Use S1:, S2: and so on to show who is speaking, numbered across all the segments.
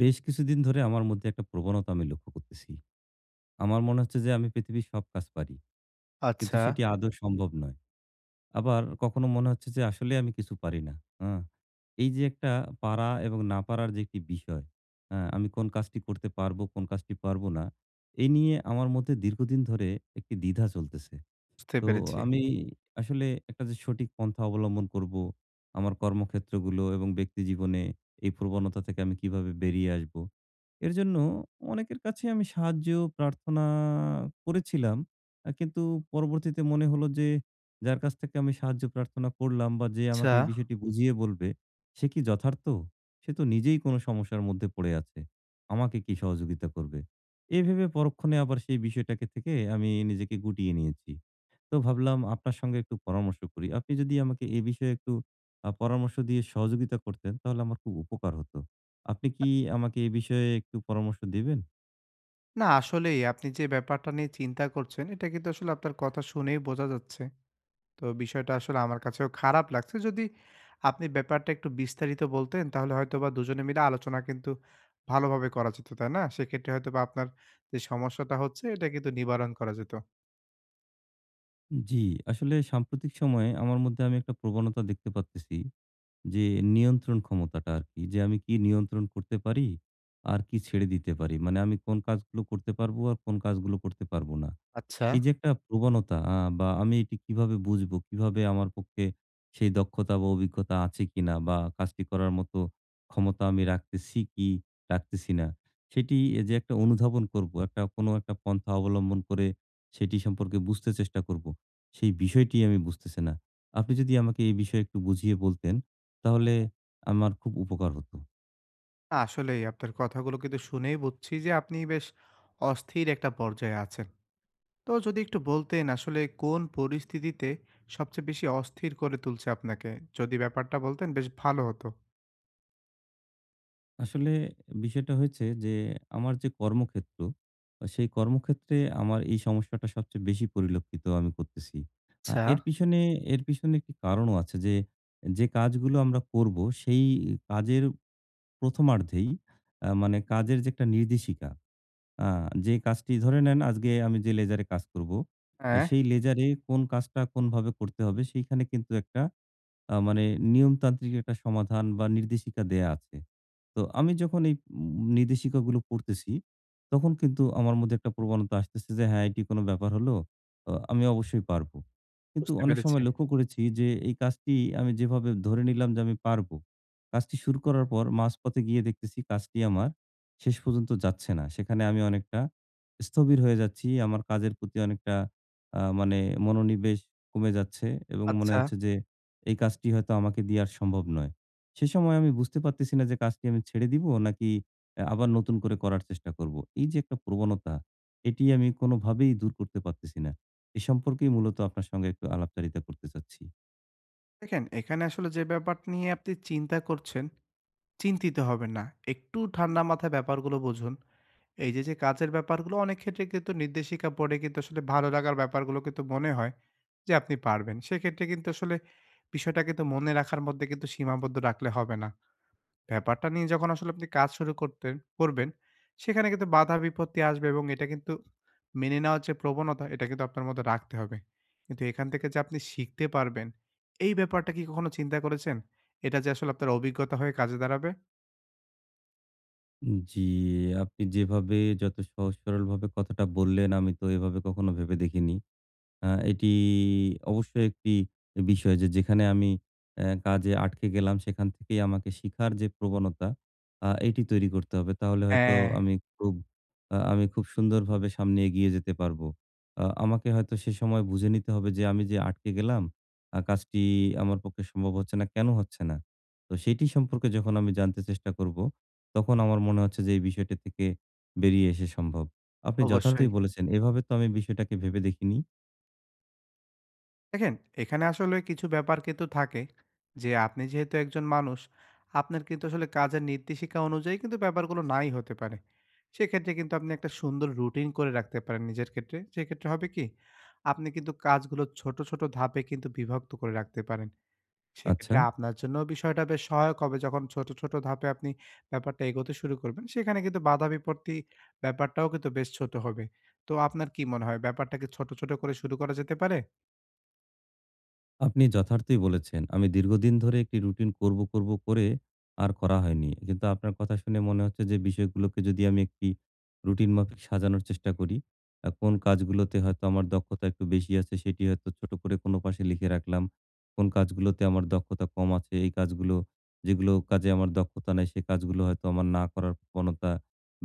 S1: বেশ কিছুদিন ধরে আমার মধ্যে একটা প্রবণতা আমি লক্ষ্য করতেছি। আমার মনে হচ্ছে যে আমি পৃথিবীর সব কাজ পারি। কিন্তু
S2: আচ্ছা,
S1: সেটি আদৌ সম্ভব নয়। আবার কখনো মনে হচ্ছে যে আসলে আমি কিছু পারি না। হ্যাঁ? এই যে একটা পারা এবং না পারার যে একটি বিষয়, হ্যাঁ? আমি কোন কাজটি করতে পারবো, কোন কাজটি পারবো না, এই নিয়ে আমার মধ্যে দীর্ঘদিন ধরে একটি দ্বিধা চলতেছে।
S2: বুঝতে
S1: তো
S2: পেরেছি।
S1: আমি আসলে একটা যে সঠিক পন্থা অবলম্বন করবো, আমার কর্মক্ষেত্রগুলো এবং ব্যক্তি জীবনে এই প্রবণতা থেকে আমি কিভাবে বেরিয়ে আসবো এর জন্য অনেকের কাছে আমি সাহায্য প্রার্থনা করেছিলাম। কিন্তু পরবর্তীতে মনে হলো যে, যার কাছ থেকে আমি সাহায্য প্রার্থনা করলাম বা যে
S2: আচ্ছা,
S1: আমাকে এই বিষয়টি বুঝিয়ে বলবে, সে কি যথার্থ? সে তো নিজেই কোনো সমস্যার মধ্যে পড়ে আছে। আমাকে কি সহযোগিতা করবে? এই ভেবে পরক্ষণে আবার সেই বিষয়টাকে থেকে আমি নিজেকে গুটিয়ে নিয়েছি। তো ভাবলাম আপনার সঙ্গে একটু পরামর্শ করি। আপনি যদি আমাকে এ বিষয়ে একটু পরামর্শ দিয়ে সহযোগিতা করতেন, তাহলে আমার খুব উপকার হতো। আপনি কি আমাকে এই বিষয়ে একটু পরামর্শ দিবেন?
S2: না আসলেই আপনি যে ব্যাপারটা নিয়ে চিন্তা করছেন, এটা কিন্তু আসলে আপনার কথা শুনেই বোঝা যাচ্ছে। তো বিষয়টা আসলে আমার কাছেও খারাপ লাগছে। যদি আপনি ব্যাপারটা একটু বিস্তারিত বলতেন, তাহলে হয়তোবা দুজনে মিলে আলোচনা কিন্তু ভালোভাবে করা যেত, তাই না? সেক্ষেত্রে হয়তোবা আপনার যে সমস্যাটা হচ্ছে, এটা কিন্তু নিবারণ করা যেত।
S1: জি, আসলে সাম্প্রতিক সময়ে আমার মধ্যে আমি একটা প্রবণতা দেখতে পারতেছি যে নিয়ন্ত্রণ ক্ষমতাটা আরকি। যে আমি কি নিয়ন্ত্রণ করতে পারি আর কি ছেড়ে দিতে পারি। মানে আমি কোন কাজগুলো করতে পারবো আর কোন কাজগুলো করতে পারবো না।
S2: আচ্ছা।
S1: এই যে একটা প্রবণতা বা আমি এটি কিভাবে বুঝবো? কিভাবে আমার পক্ষে সেই দক্ষতা বা অভিজ্ঞতা আছে কিনা বা কাজটি করার মতো ক্ষমতা আমি রাখতেছি কি রাখতেছি না? সেটি যে একটা অনুধাবন করবো, একটা কোনো একটা পন্থা অবলম্বন করে সেটি সম্পর্কে বুঝতে চেষ্টা করবো। সেই বিষয়টি আমি বুঝতেছি না। আপনি যদি আমাকে এই বিষয়ে একটু বুঝিয়ে বলতেন, তাহলে আমার খুব উপকার হতো।
S2: আসলেই আপনার কথাগুলো কিন্তু শুনেই বুঝছি যে আপনি বেশ অস্থির একটা পর্যায়ে আছেন। তো যদি একটু বলতেন আসলে কোন পরিস্থিতিতে সবচেয়ে বেশি অস্থির করে তুলছে আপনাকে? যদি ব্যাপারটা বলতেন বেশ ভালো হতো।
S1: আসলে বিষয়টা হয়েছে যে আমার যে কর্মক্ষেত্র, সেই কর্মক্ষেত্রে আমার এই সমস্যাটা সবচেয়ে বেশি পরিলক্ষিত আমি করতেছি। আ
S2: আচ্ছা,
S1: এর পিছনে এর পিছনে একটি কারণও আছে যে, যে কাজগুলো আমরা করব সেই কাজের প্রথমার্ধেই মানে কাজের যে একটা নির্দেশিকা, আ যে কাজটি ধরে নেন আজকে আমি যে লেজারে কাজ করব,
S2: হ্যাঁ।
S1: সেই লেজারে কোন কাজটা কোনভাবে করতে হবে সেইখানে কিন্তু একটা মানে নিয়মতান্ত্রিক একটা সমাধান বা নির্দেশিকা দেয়া আছে। তো আমি যখন এই নির্দেশিকাগুলো পড়তেছি, তখন কিন্তু আমার মধ্যে একটা প্রবণতা আসতেছে যে, হ্যাঁ, এটি কোনো ব্যাপার হলো। আমি অবশ্যই পারবো। কিন্তু
S2: বুঝতে
S1: অনেক
S2: পেরেছি।
S1: সময় লক্ষ্য করেছি যে, এই কাজটি আমি যেভাবে ধরে নিলাম যে আমি পারবো, কাজটি শুরু করার পর মাঝপথে গিয়ে দেখতেছি কাজটি আমার শেষ পর্যন্ত যাচ্ছে না। সেখানে আমি অনেকটা স্থবির হয়ে যাচ্ছি। আমার কাজের প্রতি অনেকটা মানে মনোনিবেশ কমে যাচ্ছে এবং মনে
S2: আচ্ছা।
S1: হচ্ছে যে, এই কাজটি হয়তো আমাকে দিয়ে আর সম্ভব নয়। সে সময় আমি বুঝতে পারতেছি না যে কাজটি আমি ছেড়ে দিব নাকি আবার নতুন করে করার চেষ্টা করব। এই যে একটা প্রবণতা, এটি আমি কোনোভাবেই দূর করতে পারতেছি না। এ সম্পর্কেই মূলত আপনার সঙ্গে একটু আলাপচারিতা করতে চাচ্ছি।
S2: দেখেন, এখানে আসলে যে ব্যাপার নিয়ে আপনি চিন্তা করছেন, চিন্তিত হবেন না। একটু ঠান্ডা মাথায় ব্যাপারগুলো বুঝুন। এই যে, যে কাজের ব্যাপারগুলো অনেক ক্ষেত্রে কিন্তু নির্দেশিকা পড়ে কিন্তু আসলে ভালো লাগার ব্যাপারগুলো কিন্তু মনে হয় যে আপনি পারবেন। সেক্ষেত্রে কিন্তু আসলে বিষয়টা কিন্তু মনে রাখার মধ্যে কিন্তু সীমাবদ্ধ রাখলে হবে না। ব্যাপারটা নিয়ে যখন আসলে আপনি কাজ শুরু করবেন, সেখানে কিন্তু বাধা বিপত্তি আসবে এবং এটা কিন্তু মেনে নেওয়ার যে প্রবণতা, এটা কিন্তু আপনার মধ্যে রাখতে হবে। কিন্তু এখান থেকে যে আপনি শিখতে পারবেন, এই ব্যাপারটা কি কখনো চিন্তা করেছেন? এটা যে আসলে আপনার অভিজ্ঞতা হয়ে কাজে দাঁড়াবে?
S1: জি, আপনি যেভাবে যত সহজ সরলভাবে কথাটা বললেন, আমি তো এভাবে কখনো ভেবে দেখিনি। এটি অবশ্যই একটি বিষয় যে যেখানে আমি কাজে আটকে গেলাম সেখান থেকেই আমাকে শিখার যে প্রবণতা এটি তৈরি করতে হবে। তাহলে হয়তো
S2: হ্যাঁ,
S1: আমি খুব আমি খুব সুন্দরভাবে সামনে এগিয়ে যেতে পারবো। আমাকে হয়তো সে সময় বুঝে নিতে হবে যে আমি যে আটকে গেলাম, কাজটি আমার পক্ষে সম্ভব হচ্ছে না, কেন হচ্ছে না? তো সেটি সম্পর্কে যখন আমি জানতে চেষ্টা করবো, তখন আমার মনে হচ্ছে যে এই বিষয়টি থেকে বেরিয়ে এসে সম্ভব। আপনি
S2: অবশ্যই।
S1: যথার্থই বলেছেন। এভাবে তো আমি বিষয়টাকে ভেবে দেখিনি।
S2: দেখেন, এখানে আসলে কিছু ব্যাপার কিন্তু থাকে যে আপনি যেহেতু একজন মানুষ, আপনার কিন্তু আসলে কাজের নির্দেশিকা অনুযায়ী কিন্তু ব্যাপারগুলো নাই হতে পারে। সেক্ষেত্রে কিন্তু আপনি একটা সুন্দর রুটিন করে রাখতে পারেন নিজের ক্ষেত্রে। সেক্ষেত্রে হবে কি? আপনি কিন্তু কাজগুলো ছোট, ছোট ধাপে কিন্তু বিভক্ত করে রাখতে পারেন।
S1: আচ্ছা,
S2: সেক্ষেত্রে আপনার জন্যও বিষয়টা বেশ সহায়ক হবে যখন ছোট, ছোট ধাপে আপনি ব্যাপারটা এগোতে শুরু করবেন। সেখানে কিন্তু বাধা বিপত্তি ব্যাপারটাও কিন্তু বেশ ছোট হবে। তো আপনার কি মনে হয় ব্যাপারটা কি ছোট, ছোট করে শুরু করা যেতে পারে?
S1: আপনি যথার্থই বলেছেন। আমি দীর্ঘদিন ধরে একটি রুটিন করব করে আর করা হয়নি। কিন্তু আপনার কথা শুনে মনে হচ্ছে যে বিষয়গুলোকে যদি আমি একটি রুটিন মাফিক সাজানোর চেষ্টা করি, কোন কাজগুলোতে হয়তো আমার দক্ষতা একটু বেশি আছে সেটি হয়তো ছোট করে কোনো পাশে লিখে রাখলাম। কোন কাজগুলোতে আমার দক্ষতা কম আছে, এই কাজগুলো যেগুলো কাজে আমার দক্ষতা নাই সে কাজগুলো হয়তো আমার না করার প্রবণতা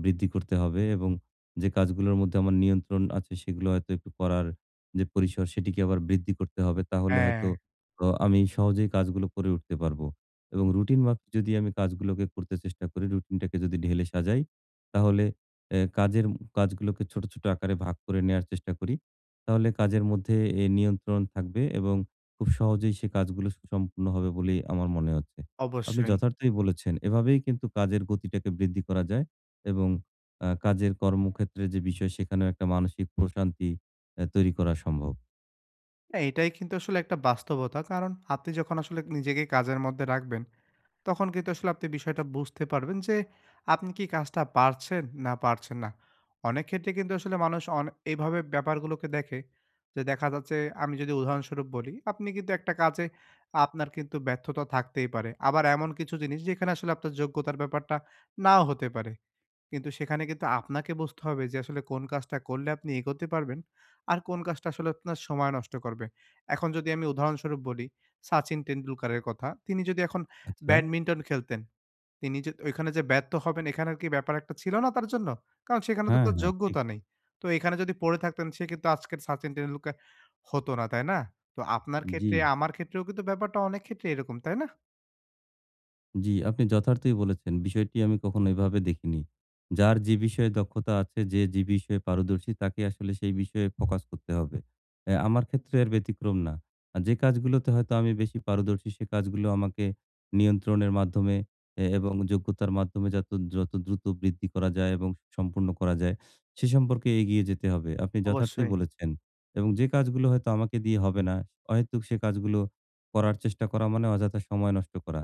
S1: বৃদ্ধি করতে হবে এবং যে কাজগুলোর মধ্যে আমার নিয়ন্ত্রণ আছে সেগুলো হয়তো একটু করার যে পরিসর সেটিকে আবার বৃদ্ধি করতে হবে। তাহলে
S2: হ্যাঁ।
S1: হয়তো আমি সহজেই কাজগুলো করে উঠতে পারবো। এবং রুটিন মাফিক যদি আমি কাজগুলোকে করতে চেষ্টা করি, রুটিনটাকে যদি ঢেলে সাজাই, তাহলে অ্যা কাজের কাজগুলোকে ছোট, ছোট আকারে ভাগ করে নেয়ার চেষ্টা করি। তাহলে কাজের মধ্যে নিয়ন্ত্রণ থাকবে এবং খুব সহজেই সে কাজগুলো সুসম্পূর্ণ হবে বলেই আমার মনে হচ্ছে। আপনি
S2: অবশ্যই।
S1: যথার্থই বলেছেন। এভাবেই কিন্তু কাজের গতিটাকে বৃদ্ধি করা যায় এবং কাজের কর্মক্ষেত্রে যে বিষয় সেখানেও একটা মানসিক প্রশান্তি তৈরি করা সম্ভব।
S2: না এটাই কিন্তু আসলে একটা বাস্তবতা। কারণ আপনি যখন আসলে নিজেকে কাজের মধ্যে রাখবেন, তখন কিন্তু আসলে আপনি বিষয়টা বুঝতে পারবেন যে, আপনি কি কাজটা পারছেন না পারছেন না। অনেক ক্ষেত্রে কিন্তু আসলে মানুষ এভাবে ব্যাপারগুলোকে দেখে যে দেখা যাচ্ছে আমি যদি উদাহরণস্বরূপ বলি, আপনি কিন্তু একটা কাজে আপনার কিন্তু ব্যর্থতা থাকতেই পারে। আবার এমন কিছু জিনিস যেখানে আসলে আপনার যোগ্যতার ব্যাপারটা নাও হতে পারে। কিন্তু সেখানে কিন্তু আপনাকে বুঝতে হবে যে আসলে কোন কাজটা করলে আপনি এগোতে পারবেন, আর কোন কাজটা আসলে আপনার সময় নষ্ট করবে। এখন যদি আমি উদাহরণস্বরূপ বলি, সাচিন টেন্ডুলকারের কথা। তিনি যদি এখন
S1: আচ্ছা।
S2: ব্যাডমিন্টন খেলতেন, তিনি যে ওইখানে যে ব্যর্থ হবেন এখানের কি ব্যাপার একটা ছিল না তার জন্য? কারণ সেখানে তো
S1: হ্যাঁ,
S2: তার
S1: হ্যাঁ, ঠিক।
S2: যোগ্যতা নেই। তো এখানে যদি পড়ে থাকতেন সে কিন্তু আজকের সাচিন টেন্ডুলকার হতো না, তাই না? তো আপনার
S1: জি।
S2: ক্ষেত্রে, আমার ক্ষেত্রেও কিন্তু ব্যাপারটা অনেক ক্ষেত্রে এরকম, তাই না?
S1: জি, আপনি যথার্থই বলেছেন। বিষয়টি আমি কখনো এভাবে দেখিনি। যার যে বিষয়ে দক্ষতা আছে, যে বিষয়ে পারদর্শী তাকে আসলে সেই বিষয়ে ফোকাস করতে হবে। আমার ক্ষেত্রে এর ব্যতিক্রম না। যে কাজগুলোতে হয়তো আমি বেশি পারদর্শী সে কাজগুলো আমাকে নিয়ন্ত্রণের মাধ্যমে এবং যোগ্যতার মাধ্যমে যত যত দ্রুত বৃদ্ধি করা যায় এবং সম্পূর্ণ করা যায় সে সম্পর্কে এগিয়ে যেতে হবে। আপনি যথার্থই
S2: অবশ্যই।
S1: বলেছেন। এবং যে কাজগুলো হয়তো আমাকে দিয়ে হবে না, অহেতুক সে কাজগুলো করার চেষ্টা করা মানে অযথা সময় নষ্ট করা।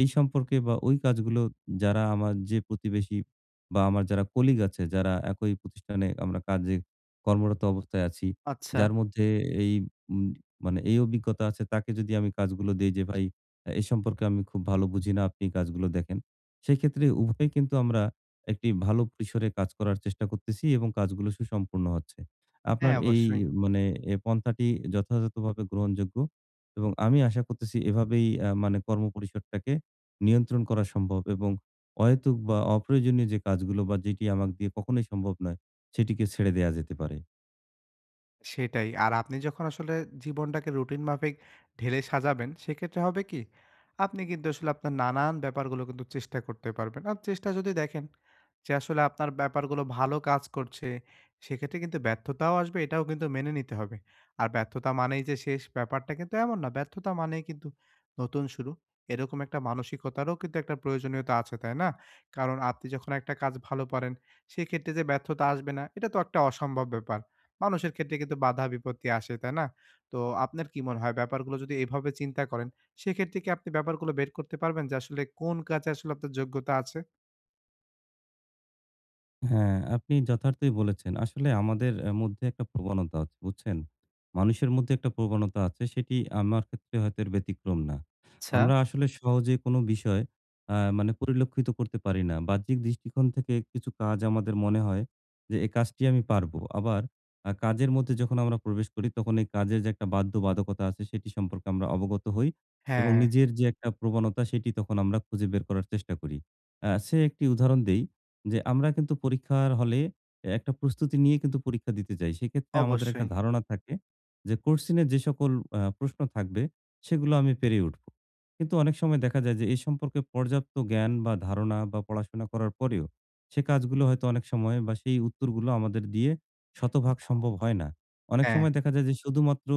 S1: এই সম্পর্কে বা ওই কাজগুলো যারা আমার যে প্রতিবেশী বা আমার যারা কলিগ আছে, যারা একই প্রতিষ্ঠানে আমরা কাজে কর্মরত অবস্থায় আছি,
S2: আচ্ছা।
S1: যার মধ্যে এই উম মানে এই অভিজ্ঞতা আছে তাকে যদি আমি কাজগুলো দেই যে, "ভাই এ সম্পর্কে আমি খুব ভালো বুঝি না, আপনি কাজগুলো দেখেন।" সেক্ষেত্রে উভয়ে কিন্তু আমরা একটি ভালো পরিসরে কাজ করার চেষ্টা করতেছি এবং কাজগুলো সুসম্পূর্ণ হচ্ছে। আপনার
S2: হ্যাঁ,
S1: এই
S2: অবশ্যই।
S1: মানে পন্থাটি যথাযথভাবে গ্রহণযোগ্য এবং আমি আশা করতেছি এভাবেই মানে কর্মপরিসরটাকে নিয়ন্ত্রণ করা সম্ভব এবং অহেতুক বা অপ্রয়োজনীয় যে কাজগুলো বা যেটি আমাকে দিয়ে কখনোই সম্ভব নয়, সেটিকে ছেড়ে দেয়া যেতে পারে।
S2: সেটাই। আর আপনি যখন আসলে জীবনটাকে রুটিন মাফিক ঢেলে সাজাবেন, সেক্ষেত্রে হবে কি? আপনি কিন্তু আসলে আপনার নানান ব্যাপারগুলো কিন্তু চেষ্টা করতে পারবেন। আর চেষ্টা যদি দেখেন যে আসলে আপনার ব্যাপারগুলো ভালো কাজ করছে, সেক্ষেত্রে কিন্তু ব্যর্থতাও আসবে, এটাও কিন্তু মেনে নিতে হবে। আর ব্যর্থতা মানেই যে শেষ, ব্যাপারটা কিন্তু এমন না। ব্যর্থতা মানেই কিন্তু নতুন শুরু। এরকম একটা মানসিকতারও কিন্তু একটা প্রয়োজনীয়তা আছে, তাই না? কারণ আপনি যখন একটা কাজ ভালো পারেন, সেক্ষেত্রে যে ব্যর্থতা আসবে না, এটা তো একটা অসম্ভব ব্যাপার। মানুষের ক্ষেত্রে কিন্তু বাধা বিপত্তি আসে, তাই না? তো আপনার কি মনে হয় ব্যাপারগুলো যদি এভাবে চিন্তা করেন, সেক্ষেত্রে কি আপনি ব্যাপারগুলো বের করতে পারবেন যে আসলে কোন কাজে আসলে আপনার যোগ্যতা আছে?
S1: হ্যাঁ, আপনি যথার্থই বলেছেন। আসলে আমাদের মধ্যে একটা প্রবণতা আছে, বুঝছেন? মানুষের মধ্যে একটা প্রবণতা আছে, সেটি আমার ক্ষেত্রে হয়তো এর ব্যতিক্রম না।
S2: আচ্ছা।
S1: আমরা আসলে সহজে কোনো বিষয় মানে পরিলক্ষিত করতে পারি না। বাহ্যিক দৃষ্টিকোণ থেকে কিছু কাজ আমাদের মনে হয় যে, "এ কাজটি আমি পারবো।" আবার কাজের মধ্যে যখন আমরা প্রবেশ করি, তখন এই কাজের যে একটা বাধ্যবাধকতা আছে, সেটি সম্পর্কে আমরা অবগত হই এবং
S2: হ্যাঁ,
S1: নিজের যে একটা প্রবণতা, সেটি তখন আমরা খুঁজে বের করার চেষ্টা করি। সে একটি উদাহরণ দেই। যে আমরা কিন্তু পরীক্ষার হলে একটা প্রস্তুতি নিয়ে কিন্তু পরীক্ষা দিতে যাই। সেক্ষেত্রে আমাদের একটা
S2: অবশ্যই।
S1: ধারণা থাকে যে কোশ্চেন এ যে সকল প্রশ্ন থাকবে সেগুলো আমি পেরে উঠবো। কিন্তু অনেক সময় দেখা যায় যে এ সম্পর্কে পর্যাপ্ত জ্ঞান বা ধারণা বা পড়াশোনা করার পরেও সে কাজগুলো হয়তো অনেক সময় বা সেই উত্তরগুলো আমাদের দিয়ে শতভাগ সম্ভব হয় না। অনেক
S2: হ্যাঁ,
S1: সময় দেখা যায় যে শুধুমাত্র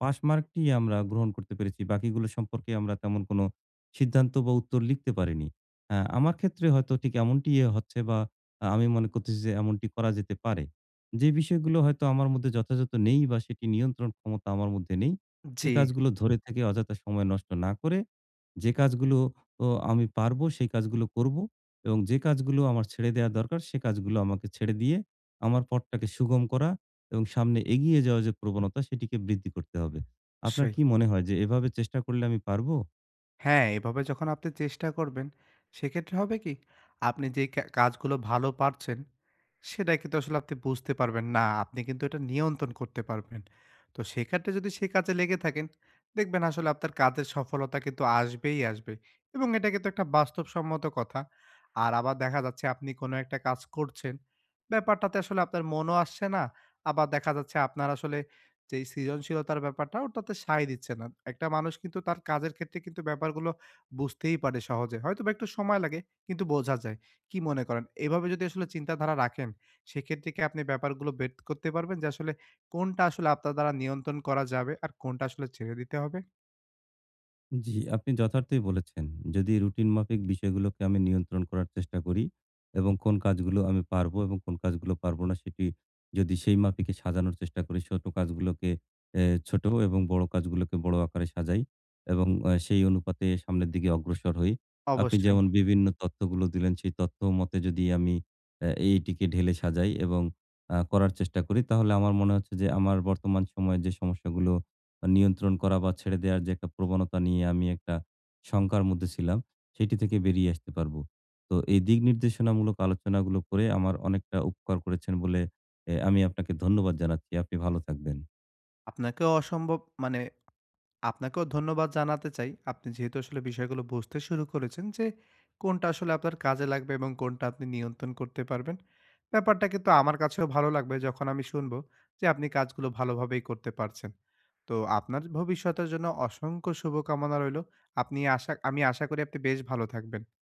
S1: পাস মার্কটি আমরা গ্রহণ করতে পেরেছি। বাকিগুলো সম্পর্কে আমরা তেমন কোনো সিদ্ধান্ত বা উত্তর লিখতে পারিনি। হ্যাঁ, আমার ক্ষেত্রে হয়তো ঠিক এমনটি হচ্ছে বা আমি মনে করতেছি যে এমনটি করা যেতে পারে। যে বিষয়গুলো হয়তো আমার মধ্যে যথাযথ নেই বা সেটি নিয়ন্ত্রণ ক্ষমতা আমার মধ্যে নেই, সে
S2: জি,
S1: কাজগুলো ধরে থেকে অযথা সময় নষ্ট না করে যে কাজগুলো ও আমি পারবো সেই কাজগুলো করবো এবং যে কাজগুলো আমার ছেড়ে দেয়া দরকার সে কাজগুলো আমাকে ছেড়ে দিয়ে আমার পথটাকে সুগম করা এবং সামনে এগিয়ে যাওয়ার যে প্রবণতা সেটিকে বৃদ্ধি করতে হবে। আপনার
S2: অবশ্যই।
S1: কি মনে হয় যে এভাবে চেষ্টা করলে আমি পারবো?
S2: হ্যাঁ, এভাবে যখন আপনি চেষ্টা করবেন, সেক্ষেত্রে হবে কি? আপনি যেই কাজগুলো ভালো পারছেন, সেটা কিন্তু আসলে আপনি বুঝতে পারবেন না। আপনি কিন্তু এটা নিয়ন্ত্রণ করতে পারবেন। তো সেক্ষেত্রে যদি সে কাজে লেগে থাকেন, দেখবেন আসলে আপনার কাজের সফলতা কিন্তু আসবেই আসবে এবং এটা কিন্তু একটা বাস্তবসম্মত কথা। আর আবার দেখা যাচ্ছে আপনি কোনো একটা কাজ করছেন, ব্যাপারটাতে আসলে আপনার মনও আসছে না। আবার দেখা যাচ্ছে আপনার আসলে যে এই সৃজনশীলতার ব্যাপারটা ওটাতে সায় দিচ্ছে না। একটা মানুষ কিন্তু তার কাজের ক্ষেত্রে কিন্তু ব্যাপারগুলো বুঝতেই পারে সহজে। হয়তোবা একটু সময় লাগে কিন্তু বোঝা যায়। কি মনে করেন? এভাবে যদি আসলে চিন্তাধারা রাখেন, সেক্ষেত্রে কি আপনি ব্যাপারগুলো বের করতে পারবেন যে আসলে কোনটা আসলে আপনার দ্বারা নিয়ন্ত্রণ করা যাবে আর কোনটা আসলে ছেড়ে দিতে হবে?
S1: জি, আপনি যথার্থই বলেছেন। যদি রুটিন মাফিক বিষয়গুলোকে আমি নিয়ন্ত্রণ করার চেষ্টা করি এবং কোন কাজগুলো আমি পারবো এবং কোন কাজগুলো পারবো না সেটি যদি সেই মাফিকে সাজানোর চেষ্টা করি, ছোট কাজগুলোকে এ ছোট এবং বড় কাজগুলোকে বড় আকারে সাজাই এবং সেই অনুপাতে সামনের দিকে অগ্রসর হই। আপনি
S2: অবশ্যই।
S1: যেমন বিভিন্ন তথ্যগুলো দিলেন, সেই তথ্য মতে যদি আমি এইটিকে ঢেলে সাজাই এবং করার চেষ্টা করি তাহলে আমার মনে হচ্ছে যে আমার বর্তমান সময়ে যে সমস্যাগুলো নিয়ন্ত্রণ করা বা ছেড়ে দেওয়ার যে একটা প্রবণতা নিয়ে আমি একটা শঙ্কার মধ্যে ছিলাম, সেটি থেকে বেরিয়ে আসতে পারবো। তো এই দিক নির্দেশনামূলক আলোচনাগুলো করে আমার অনেকটা উপকার করেছেন বলে আমি আপনাকে ধন্যবাদ জানাচ্ছি। আপনি ভালো থাকবেন।
S2: আপনাকেও অসম্ভব মানে আপনাকেও ধন্যবাদ জানাতে চাই। আপনি যেহেতু আসলে বিষয়গুলো বুঝতে শুরু করেছেন যে, কোনটা আসলে আপনার কাজে লাগবে এবং কোনটা আপনি নিয়ন্ত্রণ করতে পারবেন। ব্যাপারটা কিন্তু আমার কাছেও ভালো লাগবে যখন আমি শুনবো যে, আপনি কাজগুলো ভালোভাবেই করতে পারছেন। তো আপনার ভবিষ্যতের জন্য অসংখ্য শুভকামনা রইলো। আপনি আশা আমি আশা করি আপনি বেশ ভালো থাকবেন।